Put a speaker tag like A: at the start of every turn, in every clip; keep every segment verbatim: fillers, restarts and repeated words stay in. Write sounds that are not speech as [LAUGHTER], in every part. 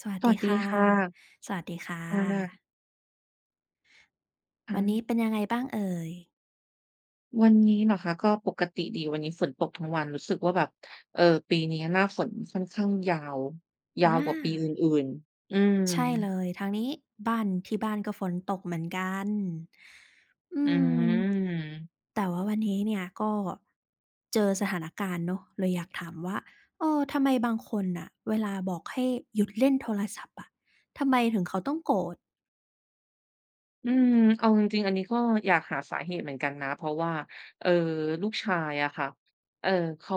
A: สวัส
B: ส
A: ดี
B: วัสดี
A: ค่ะ
B: ค่ะ
A: สวัสดีค่
B: ค
A: ะ
B: ่ะ
A: วั
B: ค่ะ
A: นนี้เป็นยังไงบ้างเอ่ย
B: วันนี้เหรอคะก็ปกติดีวันนี้ฝนตกทั้งวันรู้สึกว่าแบบเอ่อปีนี้หน้าฝนค่อนข้างยาวยาว
A: อา
B: กว่าปีอื่นๆอืม
A: ใช่เลย ทางนี้บ้านที่บ้านก็ฝนตกเหมือนกันอื
B: อื
A: ม
B: ม
A: แต่ว่าวันนี้เนี่ยก็เจอสถานการณ์เนาะเลยอยากถามว่าเออทำไมบางคนน่ะเวลาบอกให้หยุดเล่นโทรศัพท์อะทำไมถึงเขาต้องโกรธ
B: อืมเอาจริงๆอันนี้ก็อยากหาสาเหตุเหมือนกันนะเพราะว่าเอ่อลูกชายอะค่ะเอ่อเขา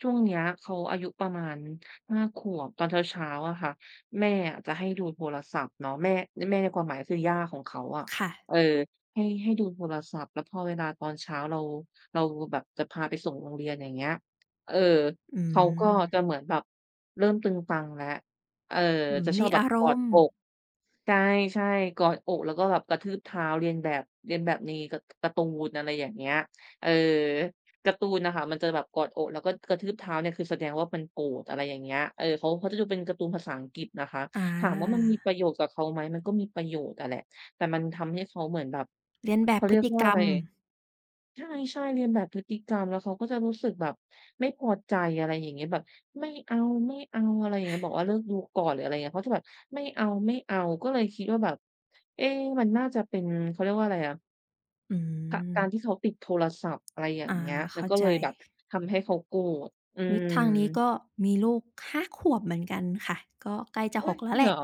B: ช่วงเนี้ยเขาอายุประมาณห้าขวบตอนเช้าๆอะค่ะแม่อะจะให้ดูโทรศัพท์เนาะแม่แม่ในความหมายคือย่าของเขาอะ
A: ค่ะ
B: เออให้ให้ดูโทรศัพท์แล้วพอเวลาตอนเช้าเราเราแบบจะพาไปส่งโรงเรียนอย่างเงี้ยเออ
A: อื
B: เขาก็
A: ม
B: จะเหมือนแบบเริ่มตึงตังแล้ว เออ
A: อืม
B: จะชอ
A: มี
B: บแบ
A: อา
B: บ
A: ร
B: กอด
A: มณ์
B: อกใช่ใช่กอดอกแล้วก็แบบกระทืบเท้าเลียนแบบเลียนแบบในกะการ์ตูนอะไรอย่างเงี้ยเออการ์ตูนน่ะค่ะมันจะแบบกอดอกแล้วก็กระทืบเท้าเนี่ยคือแสดงว่ามันโกรธอะไรอย่างเงี้ยเออเขาเขาจะดูเป็นการ์ตูนภาษาอังกฤษนะคะ
A: อ
B: ถามว่ามัน
A: า
B: มีประโยชน์กับเขาไหมมันก็มีประโยชน์อะแหละแต่มันทำให้เขาเหมือนแบบ
A: เลียนแบบ
B: เขา
A: พฤ
B: เรียก
A: ติก
B: ว่า
A: รร
B: อะไร
A: ม
B: ใช่ๆเลียนแบบพฤติกรรมแล้วเขาก็จะรู้สึกแบบไม่พอใจอะไรอย่างเงี้ยแบบไม่เอาๆอะไรอย่างเงี้ยบอกว่าเลิกดูก่อนหรืออะไรเงี้ยเขาจะแบบไม่เอาๆก็เลยคิดว่าแบบเอ๊มันน่าจะเป็นเขาเรียกว่าอะไรอะ
A: อื
B: กะ
A: ม
B: การที่เขาติดโทรศัพท์อะไรอย่าง
A: อ่า
B: เงี้ยมัน
A: เข้า
B: ก็
A: ใจ
B: เลยแบบทำให้เขาโกรธอื
A: อุ๊ย
B: ม
A: ทางนี้ก็มีลูกห้าขวบเหมือนกันค่ะก็ใกล้จะห
B: อุ๊ย
A: กแล้
B: จ
A: ว
B: ริง
A: แห
B: เหร
A: ละ
B: อ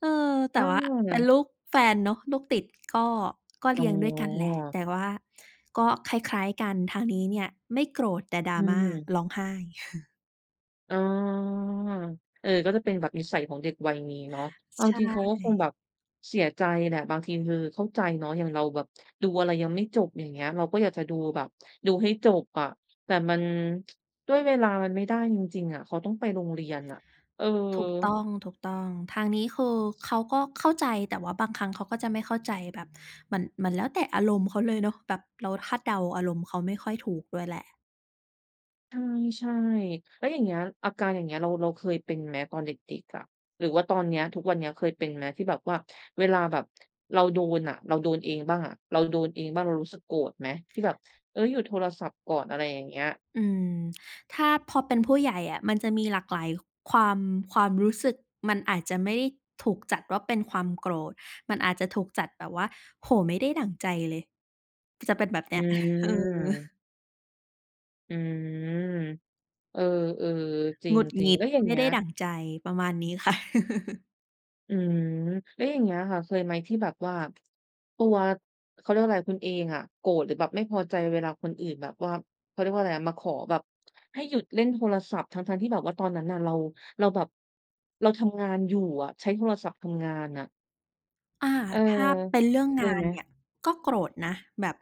A: เออ
B: อ
A: แต่ว่าเป็น
B: า
A: ลูกแฟนเนาะลูกติดก็ก็
B: อ๋อ
A: เลี้ยงด้วยกันแหละแต่ว่าก็คล้ายๆกันทางนี้เนี่ยไม่โกรธแต่
B: อื
A: drama ร้อ
B: ม
A: งไห้
B: อ๋อเออก็จะเป็นแบบนิสัยของเด็กวัยนี้เนาะเอา
A: ใ
B: จริงเขาก็
A: ช่
B: คงแบบเสียใจแหละบางทีคือเข้าใจเนาะอย่างเราแบบดูอะไรยังไม่จบอย่างเงี้ย เราก็อยากจะดูแบบดูให้จบอะ แต่มันด้วยเวลามันไม่ได้จริงๆอะ เขาต้องไปโรงเรียนอะเออ
A: ถูกต้องถูกต้องทางนี้คือเขาก็เข้าใจแต่ว่าบางครั้งเขาก็จะไม่เข้าใจแบบมันมันแล้วแต่อารมณ์เขาเลยเนาะแบบเราคาดเดาอารมณ์เขาไม่ค่อยถูกด้วยแหละ
B: ใช่ๆแล้วอย่างเงี้ยอาการอย่างเงี้ยเราเราเคยเป็นไหมตอนเด็กๆอะหรือว่าตอนเนี้ยทุกวันเนี้ยเคยเป็นไหมที่แบบว่าเวลาแบบเราโดนอะเราโดนเองบ้างอะเราโดนเองบ้างเรารู้สึกโกรธไหมที่แบบเฮ้ยหยุดโทรศัพท์ก่อนอะไรอย่างเงี้ย
A: อืมถ้าพอเป็นผู้ใหญ่อะมันจะมีหลากหลายความความรู้สึกมันอาจจะไม่ได้ถูกจัดว่าเป็นความโกรธมันอาจจะถูกจัดแบบว่าโอ้โฮไม่ได้ดั่งใจเลยจะเป็นแบบ
B: อื
A: เนี้ย [LAUGHS] เออ
B: มอืมเออๆจ
A: หงุดห
B: ริง
A: งิ
B: ๆ
A: ด
B: แล้วอย่าง
A: ไม่
B: เงี้
A: ได้
B: ย
A: ดั่งใจประมาณนี้ค่ะ [LAUGHS]
B: อืมแล้วอย่างเงี้ยค่ะเคยไหมที่แบบว่าตัวเขาเรียกว่าอะไรคุณเองอะโกรธหรือแบบไม่พอใจเวลาคนอื่นแบบว่าเขาเรียกว่าอะไรอะมาขอแบบให้หยุดเล่นโทรศัพท์ทั้งๆที่แบบว่าตอนนั้นน่ะเราเราแบบเราทำงานอยู่อะใช้โทรศัพท์ทำงานน่ะ
A: อา
B: เออ
A: ถ้าเป็นเรื่อง
B: เคย
A: งาน
B: ไหม
A: เนี่ยก็โกรธนะแบบ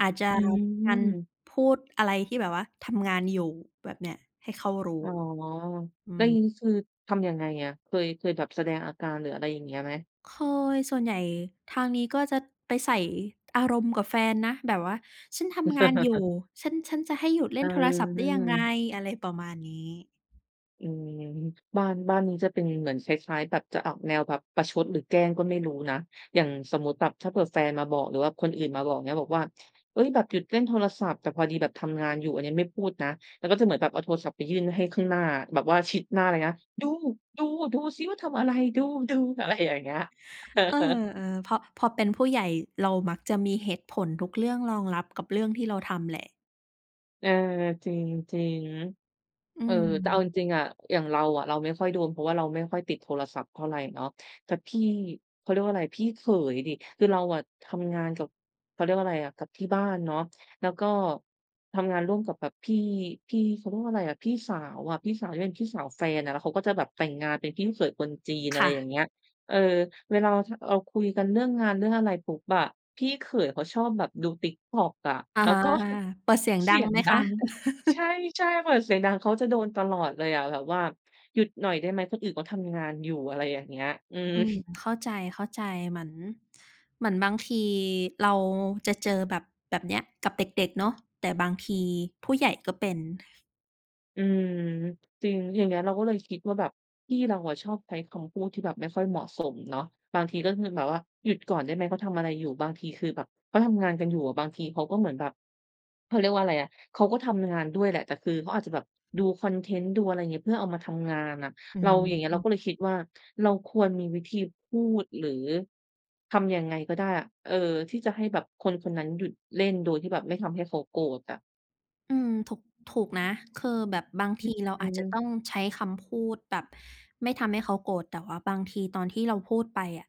A: อาจจะ
B: อื
A: มีการ
B: ม
A: พูดอะไรที่แบบว่าทำงานอยู่แบบเนี้ยให้เขารู้
B: อ๋อ
A: อื
B: แล้วอย่างงี้
A: ม
B: คือทำยังไงอะเคยเคยแบบแสดงอาการหรืออะไรอย่างเงี้ยไหม
A: เคยส่วนใหญ่ทางนี้ก็จะไปใส่อารมณ์กับแฟนนะแบบว่าฉันทำงานอยู่
B: [LAUGHS]
A: ฉันฉันจะให้หยุดเล่น
B: อา
A: โทรศัพท์ได้ยังไงอะไรประมาณนี้
B: อืมบ้านบ้านนี้จะเป็นเหมือนคล้ายๆแบบจะออกแนวแบบประชดหรือแกล้งก็ไม่รู้นะอย่างสมมุติแบบถ้าเผื่อแฟนมาบอกหรือว่าคนอื่นมาบอกเงี้ยบอกว่าเฮ้ยแบบหยุดเล่นโทรศัพท์แต่พอดีแบบทำงานอยู่อันนี้ไม่พูดนะแล้วก็จะเหมือนแบบเอาโทรศัพท์ไปยื่นให้ข้างหน้าแบบว่าชิดหน้าเลยนะดูดูดูซิว่าทำอะไรดูดูอะไรอย่างเงี้ยอะ
A: เอ
B: ฮะ
A: อๆพอพอเป็นผู้ใหญ่เรามักจะมีเหตุผลทุกเรื่องรองรับกับเรื่องที่เราทำแหละ
B: เออจริงจริง
A: อื
B: เออ
A: ม
B: แต่เอาจริงๆอะอย่างเราอะเราไม่ค่อยโดนเพราะว่าเราไม่ค่อยติดโทรศัพท์เท่าไรเนาะแต่พี่เขาเรียกว่าอะไรพี่เขยดิคือเราอะทำงานกับเขาเรียกว่าอะไรอะกับที่บ้านเนาะแล้วก็ทำงานร่วมกับแบบพี่พี่เขาเรียกว่าอะไรอะพี่สาวอะพี่สาวที่เป็นพี่สาวแฟนอะแล้วเขาก็จะแบบแต่งงานเป็นพี่เขยคนจีนอะไรอย่าง
A: ค่ะ
B: เงี้ยเออเวลาเราทเราคุยกันเรื่องงานเรื่องอะไรปุ๊บอะพี่เขยเขาชอบแบบดู TikTok อะ
A: อา
B: แล้วก็
A: เปิดเสียงดั
B: เสี
A: ง
B: ยง
A: ไหม
B: ดั
A: คะ
B: งใช่ๆเปิดเสียงดังเขาจะโดนตลอดเลยอะแบบว่าหยุดหน่อยได้ไหมคนอื่นเขาทำงานอยู่อะไรอย่างเงี้ยอืม
A: อืมเข้าใจๆเหมือนเหมือนบางทีเราจะเจอแบบแบบเนี้ยกับเด็กๆเนาะแต่บางทีผู้ใหญ่ก็เป็น
B: อืมจริงอย่างเงี้ยเราก็เลยคิดว่าแบบพี่เราอะชอบใช้คำพูดที่แบบไม่ค่อยเหมาะสมเนาะบางทีก็คือแบบว่าหยุดก่อนได้ไหมเขาทำอะไรอยู่บางทีคือแบบเขาทำงานกันอยู่อะบางทีเขาก็เหมือนแบบ เขาเรียกว่าอะไรอะเขาก็ทำงานด้วยแหละ แต่คือเขาอาจจะแบบดูคอนเทนต์ดูอะไรอย่างเงี้ยเพื่อเอามาทำงานน่ะ
A: อื
B: เราอย่างเงี้ย
A: ม
B: เราก็เลยคิดว่าเราควรมีวิธีพูดหรือทำยังไงก็ได้อะเออที่จะให้แบบคนคนนั้นหยุดเล่นโดยที่แบบไม่ทำให้เขาโกรธอะ
A: อืมถูกถูกนะคือแบบบางทีเรา
B: อื
A: อา
B: อ
A: จจะ
B: ฮึ
A: ต้องใช้คำพูดแบบไม่ทำให้เขาโกรธแต่ว่าบางทีตอนที่เราพูดไปอะ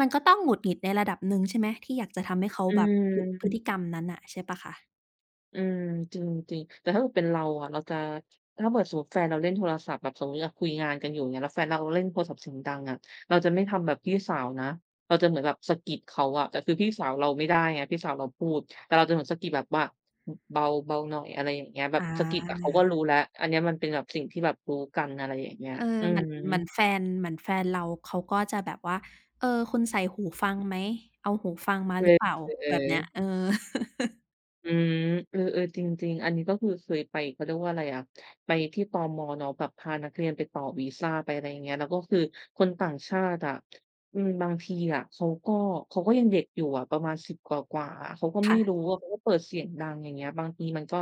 A: มันก็ต้องหงุดหงิดในระดับหนึ่งใช่ไหมที่อยากจะทำให้เขา
B: อื
A: แบบหยุดพฤติก
B: ม
A: รรมนั้นน่ะใช่เปล่าคะ
B: อืมจริงจริงแต่ถ้าเกิดเป็นเราอะเราจะถ้าเกิดสมมุติแฟนเราเล่นโทรศัพท์แบบสมมุติอะคุยงานกันอยู่อย่างเงี้ยแล้วแฟนเราเล่นโทรศัพท์เสียงดังอะเราจะไม่ทำแบบพี่สาวนะเราจะเหมือนแบบสะกิดเขาอะแต่คือพี่สาวเราไม่ได้ไงพี่สาวเราพูดแต่เราจะเหมือนสะกิดแบบว่าเบาเบาหน่อยอะไรอย่างเงี้ยแบบ
A: อา
B: สะกิดอะเขาก็รู้แล้วอันเนี้ยมันเป็นแบบสิ่งที่แบบรู้กันอะไรอย่างเงี้ย
A: เออ
B: อื
A: เห
B: อ
A: มือน
B: ฮึ
A: เหมือนแฟนเหมือนแฟนเราเขาก็จะแบบว่าเออคุณใส่หูฟังไหมเอาหูฟังมา
B: เอ
A: ห
B: อ
A: รือเปล่า
B: เออ
A: แบบเนี้ยเออ [LAUGHS]
B: อืมเออๆจริงๆอันนี้ก็คือเคยไปเขาเรียกว่าอะไรอะไปที่ตมเนาะแบบพานักเรียนไปต่อวีซาไปอะไรอย่างเงี้ยแล้วก็คือคนต่างชาติอะอืมบางทีอะเขาก็เขาก็ยังเด็กอยู่อะประมาณสิบกว่าๆอะเขาก็ไม่รู้
A: ค่ะ
B: อะเขาก็เปิดเสียงดังอย่างเงี้ยบางทีมันก็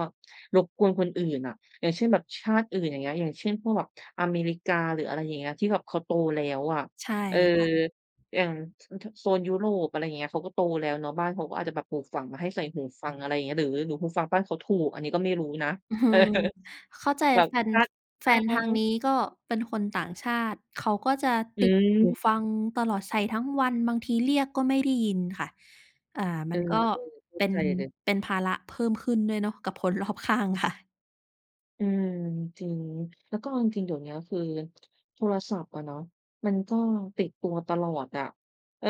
B: รบกวนคนอื่นอะอย่างเช่นแบบชาติอื่นอย่างเงี้ยอย่างเช่นพวกแบบอเมริกาหรืออะไรอย่างเงี้ยที่แบบเขาโตแล้วอะ
A: ใช่
B: เออ
A: ค่ะ
B: อย่างทโซนยุโรปอะไรอย่างเงี้ยเขาก็โตแล้วเนาะบ้านเขาก็อาจจะแบบปลูกฝังมาให้ใส่หูฟังอะไรอย่างเงี้ยหรือหรือหูฟังบ้านเขาถูกอันนี้ก็ไม่รู้นะ
A: อื
B: [LAUGHS] เออ
A: มเข้าใจ
B: แบบ
A: แฟน
B: ชาติ
A: แฟ
B: เอ
A: นทางนี้
B: อ
A: ก็เป็นคนต่างชาติเขาก็จะ
B: อื
A: ติดหู
B: ม
A: ฟังตลอดใส่ทั้งวันบางทีเรียกก็ไม่ได้ยินค่ะอ่า
B: เอ
A: มั
B: อ
A: นก็
B: ๆเข้า
A: เป็น
B: ใจเลย
A: เป็นภาระเพิ่มขึ้นด้วยเนาะกับคนรอบข้างค่ะ
B: อืมจริงแล้วก็เอาจริงๆเดี๋ยวเนี้ยคือโทรศัพท์อะเนาะมันก็ติดตัวตลอดอะเออ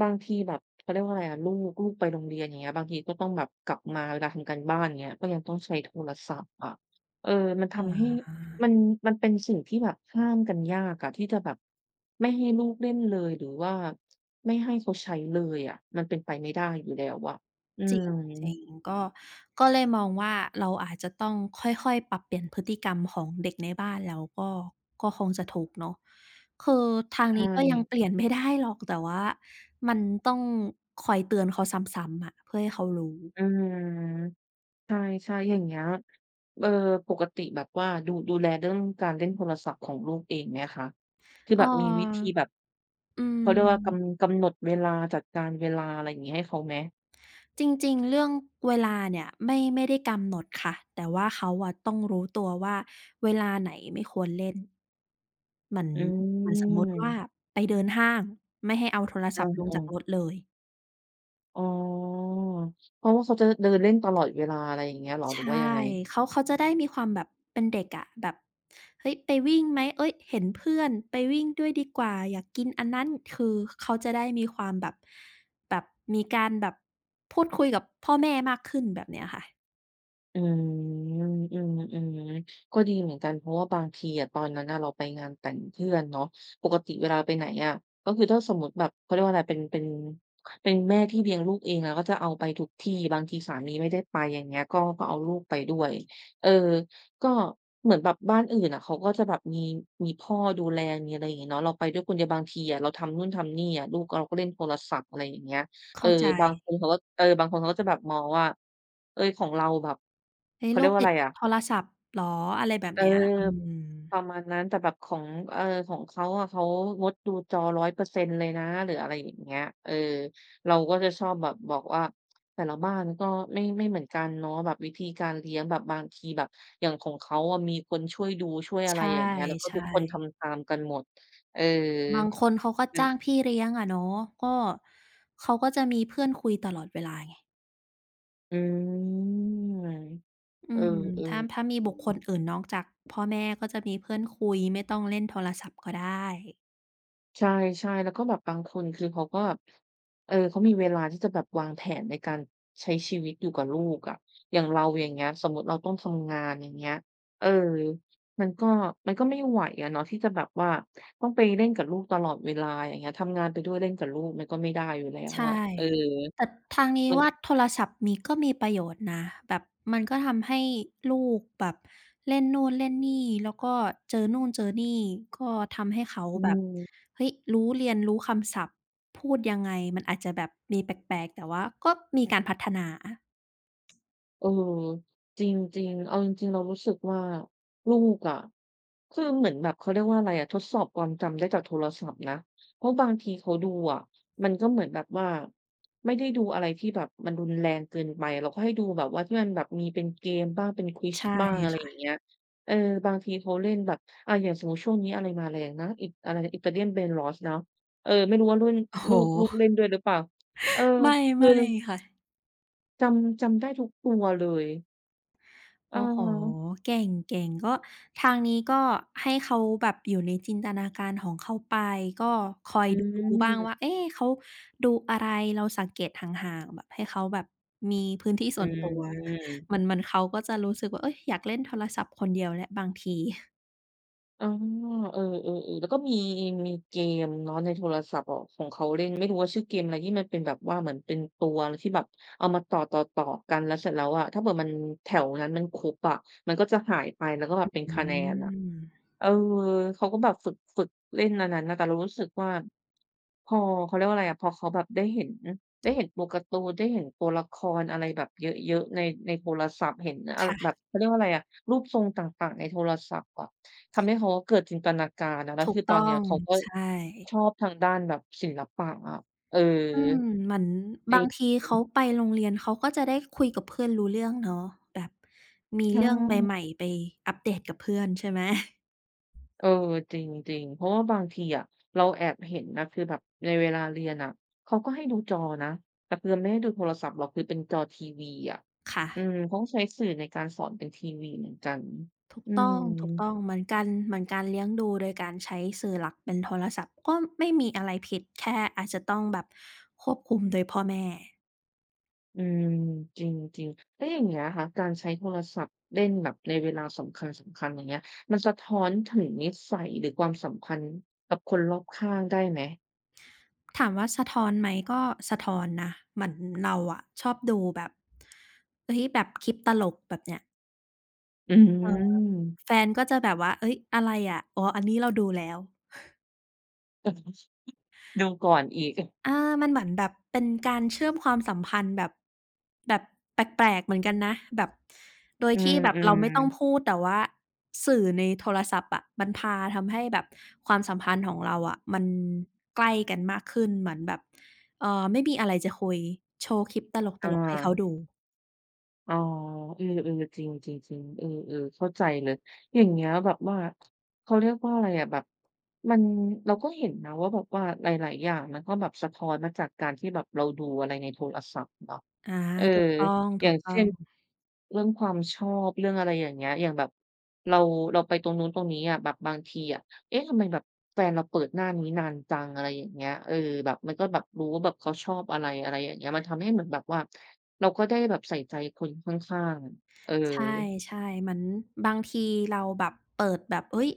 B: บางทีแบบเขาเรียกว่าอะไรอะลูกลูกไปโรงเรียนอย่างเงี้ยบางทีก็ต้องแบบกลับมาเวลาทำการบ้านอย่างเงี้ยก็ยังต้องใช้โทรศัพท์อะเออมันทำให้มันมันเป็นสิ่งที่แบบห้ามกันยากอะที่จะแบบไม่ให้ลูกเล่นเลยหรือว่าไม่ให้เขาใช้เลยอะมันเป็นไปไม่ได้อยู่แล้วอะอื
A: จริ
B: ม
A: งจริงก็ก็เลยมองว่าเราอาจจะต้องค่อยๆปรับเปลี่ยนพฤติกรรมของเด็กในบ้านแล้วก็ก็คงจะถูกเนาะคือทาง
B: ใช
A: นี้ก็ยังเป
B: ่
A: ลี่ยนไม่ได้หรอกแต่ว่ามันต้องคอยเตือนเขาซ้ำๆอะเพื่อให้เขารู้
B: อืม ใช่ๆอย่างเงี้ยเอ่อปกติแบบว่าดูดูแลเรื่องการเล่นโทรศัพท์ของลูกเองไหมคะคือ
A: เอ่
B: แบบมีวิธี
A: อ
B: แบบ
A: อื
B: เขา
A: ม
B: เรียกว่ากำกำหนดเวลาจัดการเวลาอะไรอย่างงี้ให้เขาไหม
A: จริงๆเรื่องเวลาเนี่ยไม่ไม่ได้กำหนดค่ะแต่ว่าเขาอะต้องรู้ตัวว่าเวลาไหนไม่ควรเล่น เหมือน
B: อื
A: เหมือนสมมุติว่า
B: ม
A: ไปเดินห้างไม่ให้เอาโทร
B: อ
A: ศัพท์ลง
B: า
A: จาก
B: ๆ
A: รถเลย
B: อ๋อเพราะว่าเขาจะเดินเล่นตลอดเวลาอะไรอย่างเงี้ยเหรอห
A: ใช
B: รือว่ายั
A: ่
B: งไง
A: เขาเขาจะได้มีความแบบเป็นเด็กอะแบบเฮ้ยไปวิ่งไหมเฮ้ยเห็นเพื่อนไปวิ่งด้วยดีกว่าอยากกินอันนั้นคือเขาจะได้มีความแบบแบบมีการแบบพูดคุยกับพ่อแม่มากขึ้นแบบเนี้ยค่ะ
B: อืมอืมอืมก็ดีเหมือนกันเพราะว่าบางทีอะตอนนั้นน่ะเราไปงานแต่งเพื่อนเนาะปกติเวลาไปไหนอะก็คือถ้าสมมุติแบบเขาเรียกว่าอะไรเป็นเป็นเป็นแม่ที่เลี้ยงลูกเองเราก็จะเอาไปทุกที่บางทีสามีไม่ได้ไปอย่างเงี้ยก็ก็เอาลูกไปด้วยเออก็เหมือนแบบบ้านอื่นอะเขาก็จะแบบมีมีพ่อดูแลมีอะไรอย่างงี้เนาะเราไปด้วยคนเดียวบางทีอะเราทำนู่นทำนี่อะลูกเราก็เล่นโทรศัพท์อะไรอย่างเงี้ย เอ
A: เข้า
B: อ
A: ใจ
B: บางคนเขาก็เออบางคนเขาก็จะแบบมองว่าเฮ้ยของเราแบบ
A: เฮ้ย
B: เขาเรี
A: ลู
B: ยก
A: ก
B: ว่า
A: ติ
B: อะ
A: ด
B: ไรอะ
A: โทรศัพท์เหรออะไรแบบ
B: เอ
A: เนี้ยอื
B: อ
A: ม
B: ประมาณนั้นแต่แบบของเออของเขาอะเขางดดูจอหนึ่งร้อยเปอร์เซ็นต์เลยนะหรืออะไรอย่างเงี้ยเออเราก็จะชอบแบบบอกว่าแต่ละบ้านก็ไม่ไม่เหมือนกันเนาะแบบวิธีการเลี้ยงแบบบางทีแบบอย่างของเขาอะมีคนช่วยดูช่วย
A: ใช
B: อะไรอย่างเงี้ยแล้วก็ทุก
A: ่
B: คน
A: ๆ
B: ทำตามกันหมดเออ
A: บางคนเขาก็
B: มัน
A: จ้างพี่เลี้ยงอะเนาะก็เขาก็จะมีเพื่อนคุยตลอดเวลาไง
B: อืม
A: อื
B: เออ
A: ม
B: ๆอื
A: ถ้าถ้ามีบุคคล
B: ม
A: อื่นนอกจากพ่อแม่ก็จะมีเพื่อนคุยไม่ต้องเล่นโทรศัพท์ก็ได้
B: ใช่ๆแล้วก็แบบบางคนคือเขาก็แบบเออเขามีเวลาที่จะแบบวางแผนในการใช้ชีวิตอยู่กับลูกอะอย่างเราอย่างเงี้ยสมมุติเราต้องทำงานอย่างเงี้ยเออมันก็มันก็ไม่ไหวอะเนาะที่จะแบบว่าต้องไปเล่นกับลูกตลอดเวลาอย่างเงี้ยทำงานไปด้วยเล่นกับลูกมันก็ไม่ได้อยู่แล้ว
A: ใช่
B: อะเออ
A: แต่ทางนี้
B: มัน
A: ว่าโทรศัพท์มีก็มีประโยชน์นะแบบมันก็ทำให้ลูกแบบเล่นนู่นเล่นนี่แล้วก็เจอนู่นเจอนี่ก็ทำให้เขา
B: อื
A: แบบ
B: ม
A: เฮ้ยรู้เรียนรู้คำศัพท์พูดยังไงมันอาจจะแบบมีแปลกๆแต่ว่าก็มีการพัฒนา
B: เออจริงๆเอาจริงๆเรารู้สึกว่าลูกอะคือเหมือนแบบเขาเรียกว่าอะไรอะทดสอบความจำได้จากโทรศัพท์นะเพราะบางทีเขาดูอะมันก็เหมือนแบบว่าไม่ได้ดูอะไรที่แบบมันรุนแรงเกินไปเราก็ให้ดูแบบว่าที่มันแบบมีเป็นเกมบ้างเป็นควิซ
A: ใช่
B: บ้างอะไรอย่าง
A: ค่ะ
B: เงี้ยเออบางทีเขาเล่นแบบอาอย่างสมมุติช่วงนี้อะไรมาแรงนะอิอะไร Italian Brain Rot เนาะเออไม่รู้ว่ารุ่น
A: โอ้โฮ
B: ลูกลูกเล่นด้วยหรือเปล่าเออ
A: ไม่
B: คือ
A: ไม่ค่ะ
B: จำจำได้ทุกตัวเลย เอ๋อ
A: โอ้โฮเก่งเก่งก็ทางนี้ก็ให้เขาแบบอยู่ในจินตนาการของเขาไปก็คอย
B: ฮึ
A: ดูๆบ้างว่า
B: ม
A: เอ๊เขาดูอะไรเราสังเกตห่างๆแบบให้เขาแบบมีพื้นที่
B: ฮึ
A: ส่วนตัวมัน
B: ม
A: มันเขาก็จะรู้สึกว่าเฮ้ยอยากเล่นโทรศัพท์คนเดียวแล้วบางที
B: อ๋อเออเออเออแล้วก็มีมีเกมเนาะในโทรศัพท์อะของเขาเล่นไม่รู้ว่าชื่อเกมอะไรที่มันเป็นแบบว่าเหมือนเป็นตัวที่แบบเอามาต่อๆๆกันแล้วเสร็จแล้วอะถ้าเผื่อมันแถวนั้นมันครบอะมันก็จะหายไปแล้วก็แบบเป็น
A: อื
B: คะแนนอะ
A: ม
B: เออเขาก็แบบฝึกฝึกเล่นอันนั้นน่ะแต่เรารู้สึกว่าพอเขาเรียกว่าอะไรอะพอเขาแบบได้เห็นได้เห็นตัวการ์ตูนได้เห็นตัวละครอะไรแบบเยอะๆในในโทรศัพท์เห็นอะแบ
A: ค่ะ
B: บเขาเรียกว่าอะไรอะรูปทรงต่างๆในโทรศัพท์อะ ทำให้เขาเกิดจินตนาการนะแล้ว
A: ถูก
B: คือตอน
A: ต้อ
B: เนี้ย
A: ง
B: เขาก็
A: ใช่
B: ชอบทางด้านแบบศิลปะอะเออ
A: อืมเหมือน
B: จ
A: บา
B: ริ
A: ง
B: ง
A: ทีเขาไปโรงเรียนเขาก็จะได้คุยกับเพื่อนรู้เรื่องเนาะแบบมี
B: ใช่
A: เรื่องใหม่ๆไปอัปเดตกับเพื่อนใช่ไหม [LAUGHS]
B: เออจริงๆเพราะว่าบางทีอะเราแอบเห็นนะคือแบบในเวลาเรียนอะเขาก็ให้ดูจอนะแต่คือไม่ให้ดูโทรศัพท์หรอกคือเป็นจอทีวีอะ
A: ค
B: อืม
A: ่ะ
B: เขาก็ใช้สื่อในการสอนเป็นทีวีเหมือนกัน
A: ถูก
B: อื
A: ต้อ
B: ม
A: งถูกต้องเหมือนกันเหมือนการเลี้ยงดูโดยการใช้สื่อหลักเป็นโทรศัพท์ก็ไม่มีอะไรผิดแค่อาจจะต้องแบบควบคุมโดยพ่อแม่
B: อืมจริงจริงแล้วอย่างเงี้ยค่ะการใช้โทรศัพท์เล่นแบบในเวลาสำคัญสำคัญอย่างเงี้ยมันสะท้อนถึงนิสัยหรือความสัมพันธ์กับคนรอบข้างได้ไหม
A: ถามว่าสะท้อนไหมก็สะท้อนนะเหมือนเราอะชอบดูแบบเฮ้ยแบบคลิปตลกแบบเนี้ย
B: อื
A: เออ
B: ม
A: แฟนก็จะแบบว่าเฮ้ยอะไรอะอ๋ออันนี้เราดูแล้ว
B: ดูก่อนอีก
A: อามันเหมือนแบบเป็นการเชื่อมความสัมพันธ์แบบแบบแปลกๆเหมือนกันนะแบบโดย
B: อื
A: ที่แบบเราไม่ต้อง
B: ม
A: พูดแต่ว่าสื่อในโทรศัพท์อะมันพาทำให้แบบความสัมพันธ์ของเราอะมันใกล้กันมากขึ้นเหมือนแบบเอ่อไม่มีอะไรจะคุยโชว์คลิปต
B: ๆอา
A: ลกๆให้เขาดู
B: อ๋อเออๆจริงจริงจริงเออๆเข้าใจเลยอย่างเงี้ยแบบว่าเขาเรียกว่าอะไรอะแบบมันเราก็เห็นนะว่าแบบว่าหลายๆอย่างมันก็แบบสะท้อนมาจากการที่แบบเราดูอะไรในโทรศัพท์เนาะ
A: อา
B: เออ
A: ถูกต้
B: อย่าง
A: อ
B: เช่
A: ง
B: น
A: ๆ
B: เรื่องความชอบเรื่องอะไรอย่างเงี้ยอย่างแบบเราเราไปตรงนู้นตรงนี้อะแบบบางทีอะเอ๊ะทำไมแบบแฟนเราเปิดหน้านี้นานจังอะไรอย่างเงี้ยเออแบบมันก็แบบรู้ว่าแบบเขาชอบอะไรอะไรอย่างเงี้ยมันทำให้เหมือนแบบว่าเราก็ได้แบบใส่ใจคนข้างๆเออ
A: ใช่ใช่เหมือนบางทีเราแบบเปิดแบบเฮ้ย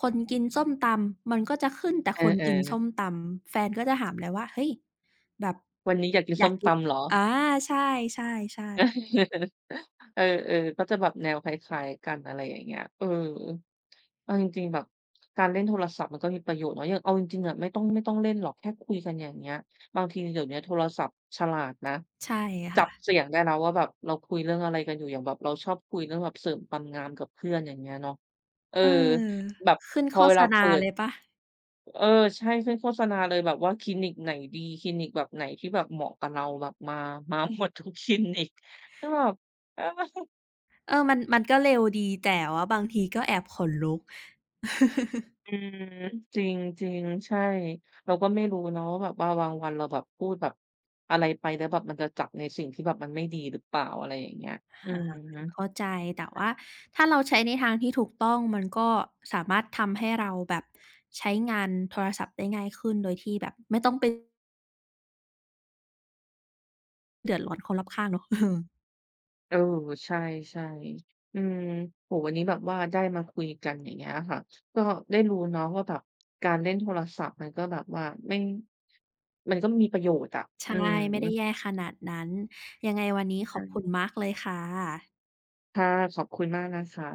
A: คนกินส้มตำมันก็จะขึ้นแต่
B: เอ
A: คนกิน
B: อ
A: ส้มต
B: ๆ
A: ำแฟนก็จะถามแลยวว่าเฮ้ยแบบ
B: วันนี้อยากกิน
A: อยา
B: ส้
A: ก
B: ม
A: กิน
B: ตำเหรอ
A: อาใช่ๆๆ
B: เออเออๆก็จะแบบแนวคล้ายๆกันอะไรอย่างเงี้ยเออเอาจริงๆแบบการเล่นโทรศัพท์มันก็มีประโยชน์เนาะอย่างเอาจริงๆอะไม่ต้องไม่ต้องเล่นหรอกแค่คุยกันอย่างเงี้ยบางทีเดี๋ยวเนี้ยโทรศัพท์ฉลาดนะ
A: ใช่
B: จับ
A: ค่ะ
B: เสียงได้แล้วว่าแบบเราคุยเรื่องอะไรกันอยู่อย่างแบบเราชอบคุยเรื่องแบบเสริมความงามกับเพื่อนอย่างเงี้ยเนาะเออ
A: เออ
B: แบบ
A: ขึ้น
B: พ
A: โฆ
B: อเว
A: ษ
B: ลา
A: ณา
B: เปิด
A: เลยเปล่า
B: เออใช่ขึ้นโฆษณาเลยแบบว่าคลินิกไหนดีคลินิกแบบไหนที่แบบเหมาะกับเราแบบมามาหมดทุกคลินิกคือแบบเออ
A: เออมันมันก็เร็วดีแต่ว่าบางทีก็แอบขนลุก [LAUGHS]
B: อืมจริงๆใช่เราก็ไม่รู้เนาะว่าแบบว่าบางวันเราแบบพูดแบบอะไรไปแล้วแบบมันจะจับในสิ่งที่แบบมันไม่ดีหรือเปล่าอะไรอย่างเงี้ยอือ
A: ค่ะ
B: ฮึ
A: เข้าใจแต่ว่าถ้าเราใช้ในทางที่ถูกต้องมันก็สามารถทำให้เราแบบใช้งานโทรศัพท์ได้ง่ายขึ้นโดยที่แบบไม่ต้องไป เดือดร้อนคนรอบข้างเนาะ [LAUGHS]
B: เออใช่ๆอืมโอ้โฮวันนี้แบบว่าได้มาคุยกันอย่างเงี้ยค่ะก็ได้รู้เนาะว่าแบบการเล่นโทรศัพท์มันก็แบบว่าไม่มันก็มีประโยชน์อะ
A: ใช่
B: อืม
A: ไม่ได้แย่ขนาดนั้นยังไงวันนี้ขอ
B: ใช่
A: บคุณมากเลยค่ะ
B: ค่ะขอบคุณมากนะคะ